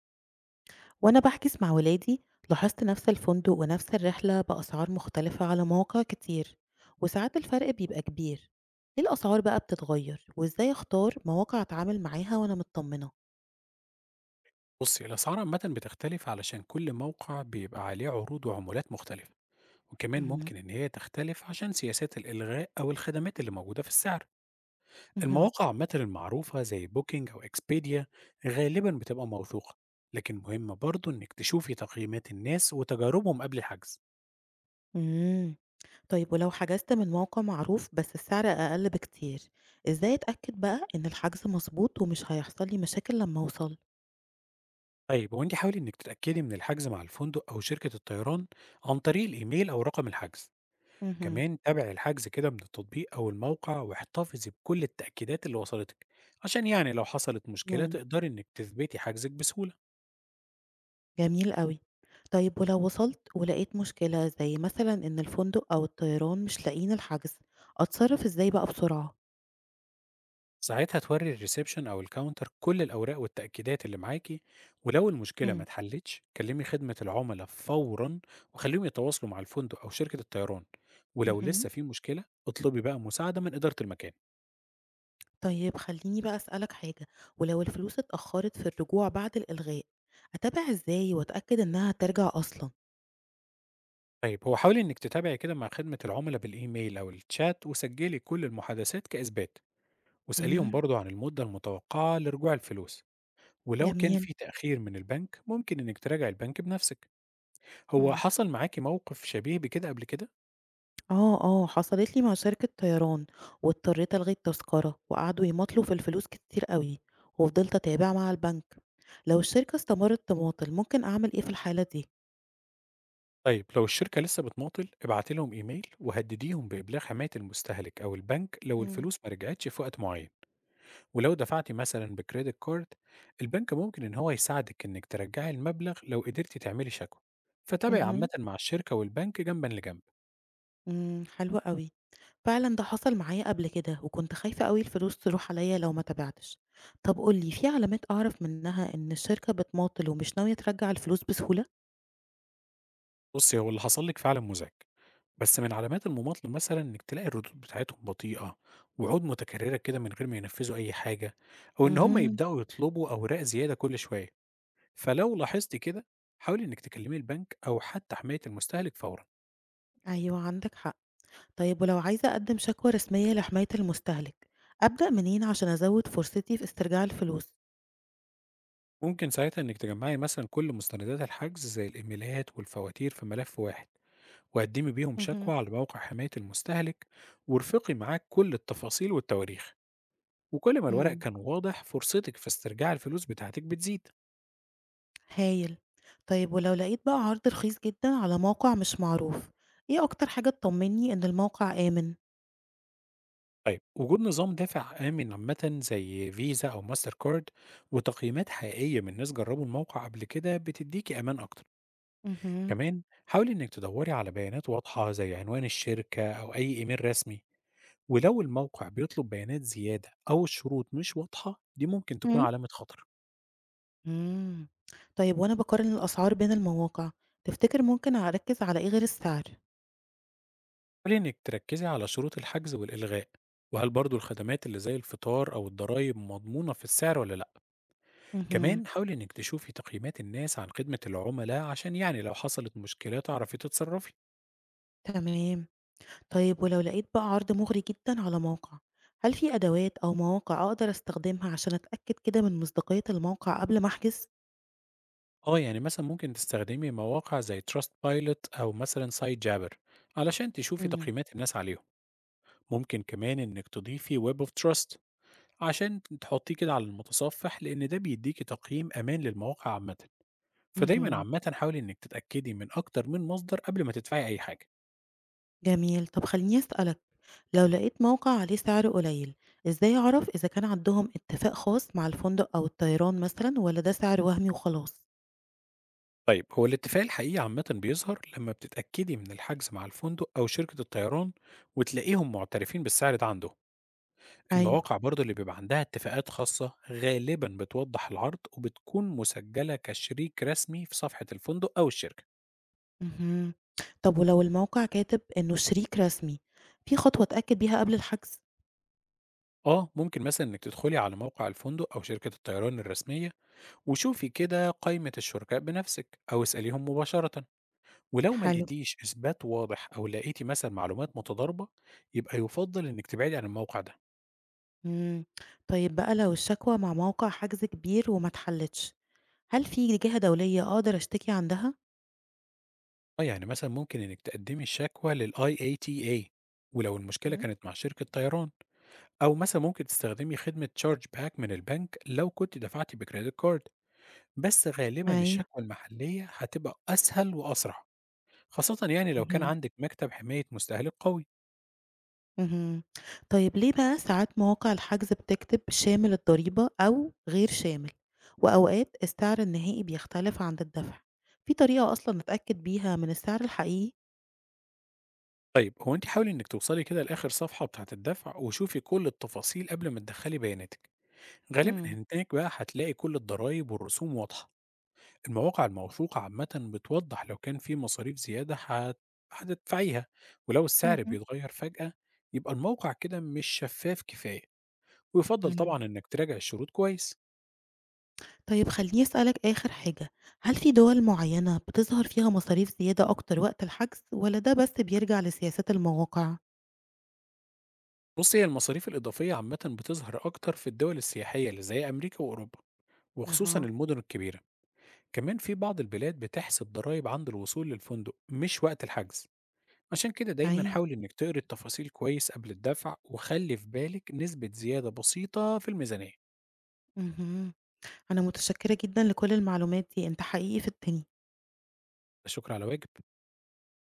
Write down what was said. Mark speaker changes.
Speaker 1: وأنا بحجز مع ولادي لاحظت نفس الفندق ونفس الرحلة بأسعار مختلفة على مواقع كتير، وساعات الفرق بيبقى كبير. ليه الأسعار بقى بتتغير وإزاي أختار مواقع أتعامل معاها وأنا مطمنة؟
Speaker 2: بصي، الأسعار عامة بتختلف علشان كل موقع بيبقى عليه عروض وعمولات مختلفة. وكمان
Speaker 1: مهم.
Speaker 2: ممكن إن هي تختلف عشان سياسات الإلغاء أو الخدمات اللي موجودة في السعر.
Speaker 1: مهم.
Speaker 2: المواقع عامة المعروفة زي بوكينج أو إكسبيديا غالبا بتبقى موثوقة، لكن مهم برضه إنك تشوفي تقييمات الناس وتجاربهم قبل الحجز.
Speaker 1: مم. طيب ولو حجزت من موقع معروف بس السعر أقل بكتير، إزاي أتأكد بقى إن الحجز مظبوط ومش هيحصل لي مشاكل لما أوصل؟
Speaker 2: طيب وانت حاولي إنك تتأكدي من الحجز مع الفندق أو شركة الطيران عن طريق الإيميل أو رقم الحجز.
Speaker 1: مهم.
Speaker 2: كمان تابع الحجز كده من التطبيق أو الموقع، واحتفظي بكل التأكيدات اللي وصلتك، عشان يعني لو حصلت مشكلة
Speaker 1: مم.
Speaker 2: تقدري إنك تثبتي حجزك بسهولة.
Speaker 1: جميل أوي. طيب ولو وصلت ولقيت مشكلة زي مثلًا إن الفندق أو الطيران مش لاقيين الحجز، أتصرف إزاي بقى بسرعة؟
Speaker 2: ساعتها توري الريسبشن أو الكاونتر كل الأوراق والتأكيدات اللي معاكي، ولو المشكلة ما
Speaker 1: إمم.
Speaker 2: اتحلتش كلمي خدمة العملاء فورا. وخليهم يتواصلوا مع الفندق أو شركة الطيران، ولو
Speaker 1: اهم.
Speaker 2: لسه في مشكلة اطلبي بقى مساعدة من إدارة المكان.
Speaker 1: طيب خلّيني بقى أسألك حاجة، ولو الفلوس اتأخرت في الرجوع بعد الإلغاء، أتابع إزاي وأتأكد إنها ترجع أصلًا؟
Speaker 2: طيب هو حاولي إنك تتابعي كده مع خدمة العملاء بالإيميل أو الشات، وسجلي كل المحادثات كإثبات، واسأليهم
Speaker 1: إمم.
Speaker 2: برضه عن المدة المتوقعة لرجوع الفلوس. ولو كان
Speaker 1: جميل.
Speaker 2: في تأخير من البنك ممكن إنك تراجع البنك بنفسك. هو
Speaker 1: إمم.
Speaker 2: حصل معاكي موقف شبيه بكده قبل كده؟
Speaker 1: آه، آه، حصلت لي مع شركة طيران واضطريت ألغي التذكرة وقعدوا يماطلوا في الفلوس كتير قوي، وفضلت أتابع مع البنك. لو الشركة استمرت تماطل ممكن أعمل إيه في الحالة دي؟
Speaker 2: طيب لو الشركة لسه بتماطل ابعتي لهم إيميل وهدديهم بإبلاغ حماية المستهلك أو البنك لو
Speaker 1: مم.
Speaker 2: الفلوس ما رجعتش في وقت معين. ولو دفعتي مثلا بكريدت كارد، البنك ممكن إن هو يساعدك إنك ترجعي المبلغ لو قدرتي تعملي شكوى. فتابعي عامة
Speaker 1: امم.
Speaker 2: مع الشركة والبنك جنبا لجنب.
Speaker 1: امم، حلو قوي. فعلا ده حصل معايا قبل كده وكنت خايفة قوي الفلوس تروح عليا لو ما تابعتش. طب قولي، في علامات أعرف منها إن الشركة بتماطل ومش ناوية ترجع الفلوس بسهولة؟
Speaker 2: بصي، هو اللي حصل لك فعلا مزعج، بس من علامات المماطلة مثلًا إنِّك تلاقي الردود بتاعتهم بطيئة، وعود متكررة كده من غير ما ينفذوا أي حاجة، أو إن هم
Speaker 1: امم.
Speaker 2: يبدأوا يطلبوا أوراق زيادة كل شوية. فلو لاحظتِ كده، حاولي إنِّك تكلمي البنك أو حتى حماية المستهلك فورًا.
Speaker 1: أيوة، عندك حق. طيب ولو عايزة أقدم شكوى رسمية لحماية المستهلك، أبدأ منين عشان أزود فرصتي في استرجاع الفلوس؟
Speaker 2: ممكن ساعتها إنِّك تجمّعي مثلًا كل مستندات الحجز زي الإيميلات والفواتير في ملف واحد، وقدّمي بيهم
Speaker 1: مهم.
Speaker 2: شكوى على موقع حماية المستهلك، وارفقي معاك كل التفاصيل والتواريخ. وكل ما الورق
Speaker 1: مم.
Speaker 2: كان واضح، فرصتِك في استرجاع الفلوس بتاعتِك بتزيد.
Speaker 1: هايل. طيب ولو لقيت بقى عرض رخيص جدا على موقع مش معروف، إيه أكتر حاجة تطمني إن الموقع آمن؟
Speaker 2: طيب وجود نظام دافع آمن عامة زي فيزا أو ماستر كارد وتقييمات حقيقية من ناس جربوا الموقع قبل كده بتديكي أمان أكتر.
Speaker 1: مهم.
Speaker 2: كمان حاولي إنك تدوري على بيانات واضحة زي عنوان الشركة أو أي إيميل رسمي، ولو الموقع بيطلب بيانات زيادة أو الشروط مش واضحة دي ممكن تكون
Speaker 1: مم.
Speaker 2: علامة خطر.
Speaker 1: مم. طيب وأنا بقارن الأسعار بين المواقع، تفتكر ممكن أركز على إيه غير السعر؟
Speaker 2: حاولي إنك تركزي على شروط الحجز والإلغاء، وهل برضو الخدمات اللي زي الفطار أو الضرايب مضمونة في السعر ولا لأ؟
Speaker 1: مهم.
Speaker 2: كمان حاولي إنك تشوفي تقييمات الناس عن خدمة العملاء عشان يعني لو حصلت مشكلة تعرفي تتصرفي.
Speaker 1: تمام. طيب ولو لقيت بقى عرض مغري جدًا على موقع، هل في أدوات أو مواقع أقدر أستخدمها عشان أتأكد كده من مصداقية الموقع قبل ما أحجز؟
Speaker 2: اه يعني مثلا ممكن تستخدمي مواقع زي تراست بايلوت أو مثلا سايت جابر علشان تشوفي
Speaker 1: امم.
Speaker 2: تقييمات الناس عليهم. ممكن كمان إنك تضيفي ويب اوف تراست عشان تحطيه كده على المتصفح، لأن ده بيديكي تقييم أمان للمواقع عامة. فدايما
Speaker 1: اهم.
Speaker 2: عامة حاولي إنك تتأكدي من أكتر من مصدر قبل ما تدفعي أي حاجة.
Speaker 1: جميل، طب خلّيني أسألك، لو لقيت موقع عليه سعر قليل، إزاي أعرف إذا كان عندهم اتفاق خاص مع الفندق أو الطيران مثلًا والّا ده سعر وهمي وخلاص؟
Speaker 2: طيب هو الاتفاق الحقيقي عامة بيظهر لما بتتأكدي من الحجز مع الفندق أو شركة الطيران وتلاقيهم معترفين بالسعر ده عندهم.
Speaker 1: أيوه.
Speaker 2: المواقع برضه اللي بيبقى عندها اتفاقات خاصة غالبا بتوضح العرض وبتكون مسجلة كشريك رسمي في صفحة الفندق أو الشركة.
Speaker 1: اهم. طب ولو الموقع كاتب إنه شريك رسمي، في خطوة أتأكد بيها قبل الحجز؟
Speaker 2: اه ممكن مثلا انك تدخلي على موقع الفندق او شركة الطيران الرسمية، وشوفي كده قائمة الشركاء بنفسك او اسأليهم مباشرة. ولو ما
Speaker 1: حلو.
Speaker 2: لقيتيش اثبات واضح او لقيتي مثلا معلومات متضاربة، يبقى يفضل انك تبعدي عن الموقع ده.
Speaker 1: إمم. طيب بقى لو الشكوى مع موقع حجز كبير وما اتحلتش، هل في جهة دولية أقدر أشتكي عندها؟
Speaker 2: آه، يعني مثلا ممكن إنِّك تقدّمي الشكوى للIATA ولو المشكلة
Speaker 1: مم.
Speaker 2: كانت مع شركة طيران، أو مثلا ممكن تستخدمي خدمة chargeback من البنك لو كنتِ دفعتِ بcredit card، بس غالبًا
Speaker 1: أيوه.
Speaker 2: الشكوى المحلية هتبقى أسهل وأسرع، خاصةً يعني لو كان
Speaker 1: اهم،
Speaker 2: عندِك مكتب حماية مستهلك قوي.
Speaker 1: اهم. طيب ليه بقى ساعات مواقع الحجز بتكتب شامل الضريبة أو غير شامل، وأوقات السعر النهائي بيختلف عند الدفع؟ في طريقة أصلًا نتأكد بيها من السعر الحقيقي؟
Speaker 2: طيب هو أنتِ حاولي إنِّك توصلي كده لآخر صفحة بتاعة الدفع وشوفي كل التفاصيل قبل ما تدخّلي بياناتِك، غالبًا
Speaker 1: مم.
Speaker 2: هناك بقى هتلاقي كل الضرايب والرسوم واضحة. المواقع الموثوقة عامة بتوضح لو كان في مصاريف زيادة هتدفعيها. ولو السعر
Speaker 1: اهم.
Speaker 2: بيتغير فجأة يبقى الموقع كده مش شفاف كفاية، ويفضل
Speaker 1: إمم.
Speaker 2: طبعا إنك تراجع الشروط كويس.
Speaker 1: طيب خلّيني أسألك آخر حاجة، هل في دول معيّنة بتظهر فيها مصاريف زيادة أكتر وقت الحجز، والّا ده بس بيرجع لسياسات المواقع؟
Speaker 2: بص، هي المصاريف الإضافية عامة بتظهر أكتر في الدول السياحية اللي زي أمريكا وأوروبا، وخصوصا
Speaker 1: أها.
Speaker 2: المدن الكبيرة. كمان في بعض البلاد بتحسب ضرائب عند الوصول للفندق مش وقت الحجز، عشان كده دايما
Speaker 1: أيوه،
Speaker 2: حاول إنك تقري التفاصيل كويس قبل الدفع، وخلي في بالك نسبة زيادة بسيطة في الميزانية.
Speaker 1: اهم، أنا متشكرة جدًا لكل المعلومات دي، أنت حقيقي فدتني.
Speaker 2: لا شكر على واجب.